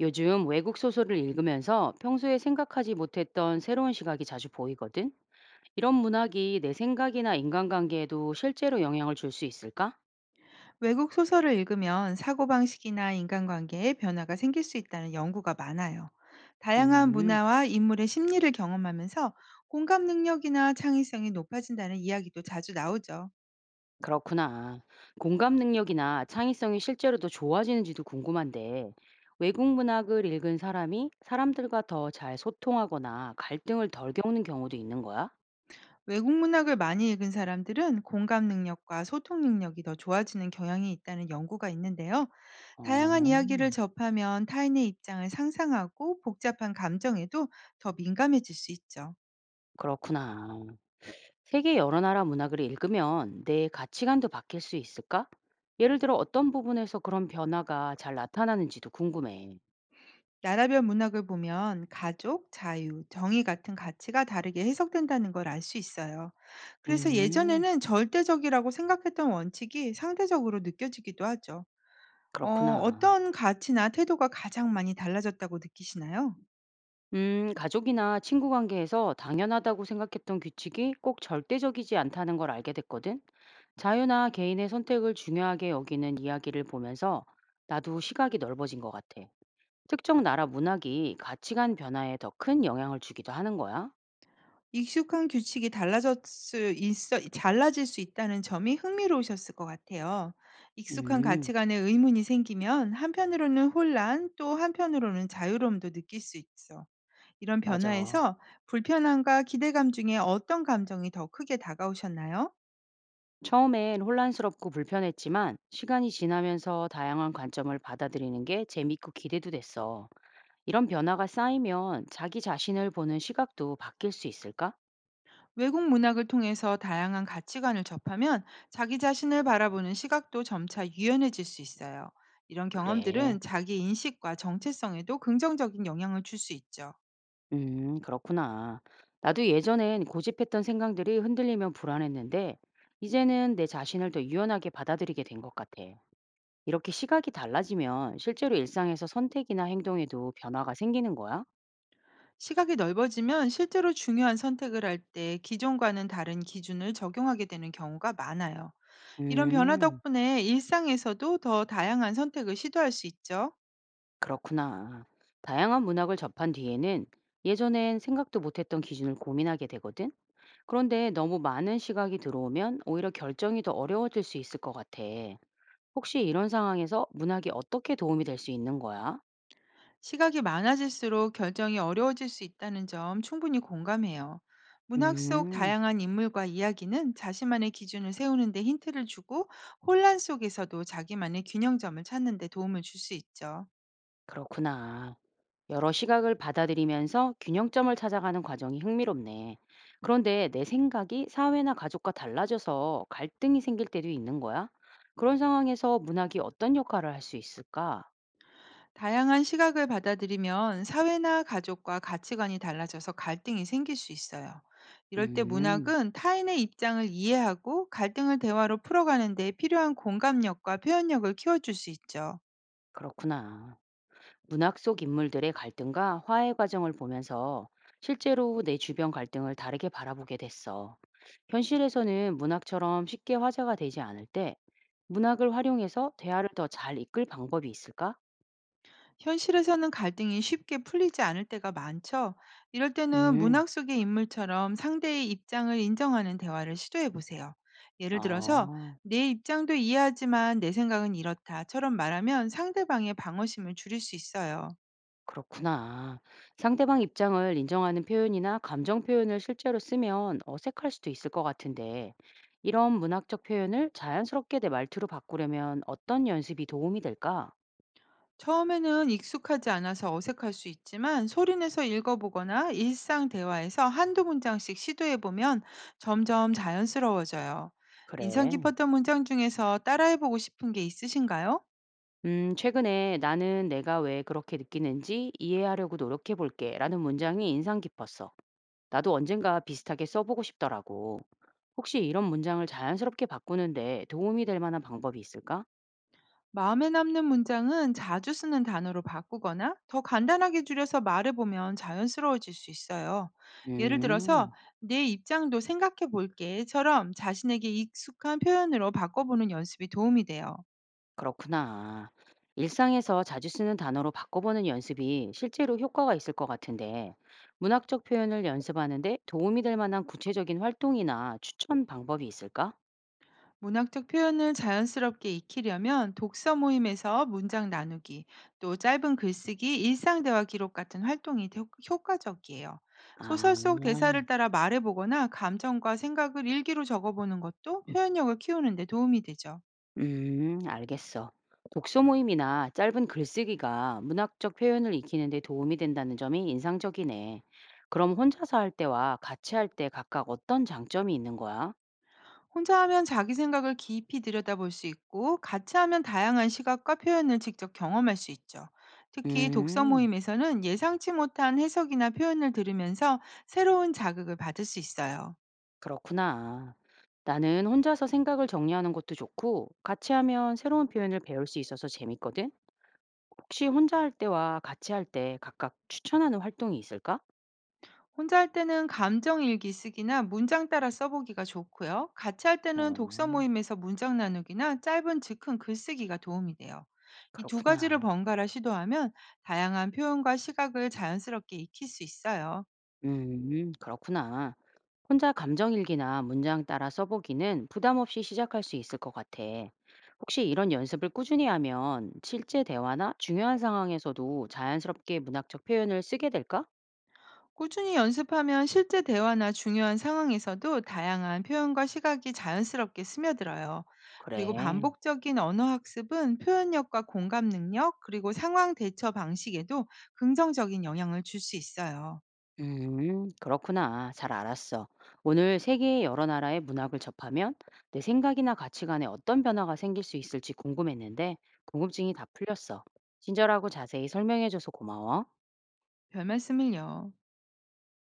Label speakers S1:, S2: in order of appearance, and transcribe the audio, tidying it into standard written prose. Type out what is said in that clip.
S1: 요즘 외국 소설을 읽으면서 평소에 생각하지 못했던 새로운 시각이 자주 보이거든. 이런 문학이 내 생각이나 인간관계에도 실제로 영향을 줄 수 있을까?
S2: 외국 소설을 읽으면 사고방식이나 인간관계에 변화가 생길 수 있다는 연구가 많아요. 다양한
S1: 음,
S2: 문화와 인물의 심리를 경험하면서 공감 능력이나 창의성이 높아진다는 이야기도 자주 나오죠.
S1: 그렇구나. 공감 능력이나 창의성이 실제로도 좋아지는지도 궁금한데, 외국 문학을 읽은 사람이 사람들과 더 잘 소통하거나 갈등을 덜 겪는 경우도 있는 거야?
S2: 외국 문학을 많이 읽은 사람들은 공감 능력과 소통 능력이 더 좋아지는 경향이 있다는 연구가 있는데요.
S1: 어,
S2: 다양한 이야기를 접하면 타인의 입장을 상상하고 복잡한 감정에도 더 민감해질 수 있죠.
S1: 그렇구나. 세계 여러 나라 문학을 읽으면 내 가치관도 바뀔 수 있을까? 예를 들어 어떤 부분에서 그런 변화가 잘 나타나는지도 궁금해.
S2: 나라별 문학을 보면 가족, 자유, 정의 같은 가치가 다르게 해석된다는 걸 알 수 있어요. 그래서
S1: 음,
S2: 예전에는 절대적이라고 생각했던 원칙이 상대적으로 느껴지기도 하죠.
S1: 그렇구나.
S2: 어떤 가치나 태도가 가장 많이 달라졌다고 느끼시나요?
S1: 가족이나 친구 관계에서 당연하다고 생각했던 규칙이 꼭 절대적이지 않다는 걸 알게 됐거든. 자유나 개인의 선택을 중요하게 여기는 이야기를 보면서 나도 시각이 넓어진 것 같아. 특정 나라 문학이 가치관 변화에 더 큰 영향을 주기도 하는 거야.
S2: 익숙한 규칙이 달라질 수 있다는 점이 흥미로우셨을 것 같아요. 익숙한
S1: 음,
S2: 가치관에 의문이 생기면 한편으로는 혼란, 또 한편으로는 자유로움도 느낄 수 있어. 이런
S1: 맞아.
S2: 변화에서 불편함과 기대감 중에 어떤 감정이 더 크게 다가오셨나요?
S1: 처음엔 혼란스럽고 불편했지만 시간이 지나면서 다양한 관점을 받아들이는 게 재밌고 기대도 됐어. 이런 변화가 쌓이면 자기 자신을 보는 시각도 바뀔 수 있을까?
S2: 외국 문학을 통해서 다양한 가치관을 접하면 자기 자신을 바라보는 시각도 점차 유연해질 수 있어요. 이런
S1: 그래.
S2: 경험들은 자기 인식과 정체성에도 긍정적인 영향을 줄 수 있죠.
S1: 그렇구나. 나도 예전엔 고집했던 생각들이 흔들리면 불안했는데, 이제는 내 자신을 더 유연하게 받아들이게 된 것 같아. 이렇게 시각이 달라지면 실제로 일상에서 선택이나 행동에도 변화가 생기는 거야?
S2: 시각이 넓어지면 실제로 중요한 선택을 할 때 기존과는 다른 기준을 적용하게 되는 경우가 많아요. 이런 변화
S1: 음.
S2: 덕분에 일상에서도 더 다양한 선택을 시도할 수 있죠.
S1: 그렇구나. 다양한 문학을 접한 뒤에는 예전엔 생각도 못했던 기준을 고민하게 되거든. 그런데 너무 많은 시각이 들어오면 오히려 결정이 더 어려워질 수 있을 것 같아. 혹시 이런 상황에서 문학이 어떻게 도움이 될 수 있는 거야?
S2: 시각이 많아질수록 결정이 어려워질 수 있다는 점 충분히 공감해요. 문학 속
S1: 음,
S2: 다양한 인물과 이야기는 자신만의 기준을 세우는데 힌트를 주고 혼란 속에서도 자기만의 균형점을 찾는 데 도움을 줄 수 있죠.
S1: 그렇구나. 여러 시각을 받아들이면서 균형점을 찾아가는 과정이 흥미롭네. 그런데 내 생각이 사회나 가족과 달라져서 갈등이 생길 때도 있는 거야? 그런 상황에서 문학이 어떤 역할을 할 수 있을까?
S2: 다양한 시각을 받아들이면 사회나 가족과 가치관이 달라져서 갈등이 생길 수 있어요. 이럴 때
S1: 음,
S2: 문학은 타인의 입장을 이해하고 갈등을 대화로 풀어가는 데 필요한 공감력과 표현력을 키워줄 수 있죠.
S1: 그렇구나. 문학 속 인물들의 갈등과 화해 과정을 보면서 실제로 내 주변 갈등을 다르게 바라보게 됐어. 현실에서는 문학처럼 쉽게 화제가 되지 않을 때 문학을 활용해서 대화를 더 잘 이끌 방법이 있을까?
S2: 현실에서는 갈등이 쉽게 풀리지 않을 때가 많죠. 이럴 때는
S1: 음,
S2: 문학 속의 인물처럼 상대의 입장을 인정하는 대화를 시도해 보세요. 예를 들어서
S1: 어,
S2: 내 입장도 이해하지만 내 생각은 이렇다처럼 말하면 상대방의 방어심을 줄일 수 있어요.
S1: 그렇구나. 상대방 입장을 인정하는 표현이나 감정 표현을 실제로 쓰면 어색할 수도 있을 것 같은데, 이런 문학적 표현을 자연스럽게 내 말투로 바꾸려면 어떤 연습이 도움이 될까?
S2: 처음에는 익숙하지 않아서 어색할 수 있지만 소리내서 읽어보거나 일상 대화에서 한두 문장씩 시도해 보면 점점 자연스러워져요. 인상
S1: 그래.
S2: 깊었던 문장 중에서 따라해보고 싶은 게 있으신가요?
S1: 최근에 나는 내가 왜 그렇게 느끼는지 이해하려고 노력해 볼게 라는 문장이 인상 깊었어. 나도 언젠가 비슷하게 써보고 싶더라고. 혹시 이런 문장을 자연스럽게 바꾸는데 도움이 될 만한 방법이 있을까?
S2: 마음에 남는 문장은 자주 쓰는 단어로 바꾸거나 더 간단하게 줄여서 말해보면 자연스러워질 수 있어요. 예를 들어서,
S1: 음,
S2: 내 입장도 생각해 볼게 처럼 자신에게 익숙한 표현으로 바꿔보는 연습이 도움이 돼요.
S1: 그렇구나. 일상에서 자주 쓰는 단어로 바꿔보는 연습이 실제로 효과가 있을 것 같은데, 문학적 표현을 연습하는데 도움이 될 만한 구체적인 활동이나 추천 방법이 있을까?
S2: 문학적 표현을 자연스럽게 익히려면 독서 모임에서 문장 나누기, 또 짧은 글쓰기, 일상 대화 기록 같은 활동이 효과적이에요.
S1: 아,
S2: 소설 속 대사를 따라 말해보거나 감정과 생각을 일기로 적어보는 것도 표현력을 키우는 데 도움이 되죠.
S1: 알겠어. 독서 모임이나 짧은 글쓰기가 문학적 표현을 익히는 데 도움이 된다는 점이 인상적이네. 그럼 혼자서 할 때와 같이 할 때 각각 어떤 장점이 있는 거야?
S2: 혼자 하면 자기 생각을 깊이 들여다볼 수 있고 같이 하면 다양한 시각과 표현을 직접 경험할 수 있죠. 특히 독서
S1: 음,
S2: 모임에서는 예상치 못한 해석이나 표현을 들으면서 새로운 자극을 받을 수 있어요.
S1: 그렇구나. 나는 혼자서 생각을 정리하는 것도 좋고, 같이 하면 새로운 표현을 배울 수 있어서 재밌거든? 혹시 혼자 할 때와 같이 할 때 각각 추천하는 활동이 있을까?
S2: 혼자 할 때는 감정 일기 쓰기나 문장 따라 써보기가 좋고요. 같이 할 때는
S1: 어,
S2: 독서 모임에서 문장 나누기나 짧은 즉흥 글쓰기가 도움이 돼요. 이 두 가지를
S1: 그렇구나.
S2: 번갈아 시도하면 다양한 표현과 시각을 자연스럽게 익힐 수 있어요.
S1: 그렇구나. 혼자 감정일기나 문장 따라 써보기는 부담 없이 시작할 수 있을 것 같아. 혹시 이런 연습을 꾸준히 하면 실제 대화나 중요한 상황에서도 자연스럽게 문학적 표현을 쓰게 될까?
S2: 꾸준히 연습하면 실제 대화나 중요한 상황에서도 다양한 표현과 시각이 자연스럽게 스며들어요. 그리고
S1: 그래.
S2: 반복적인 언어 학습은 표현력과 공감 능력, 그리고 상황 대처 방식에도 긍정적인 영향을 줄 수 있어요.
S1: 그렇구나. 잘 알았어. 오늘 세계의 여러 나라의 문학을 접하면 내 생각이나 가치관에 어떤 변화가 생길 수 있을지 궁금했는데 궁금증이 다 풀렸어. 친절하고 자세히 설명해줘서 고마워.
S2: 별말씀을요.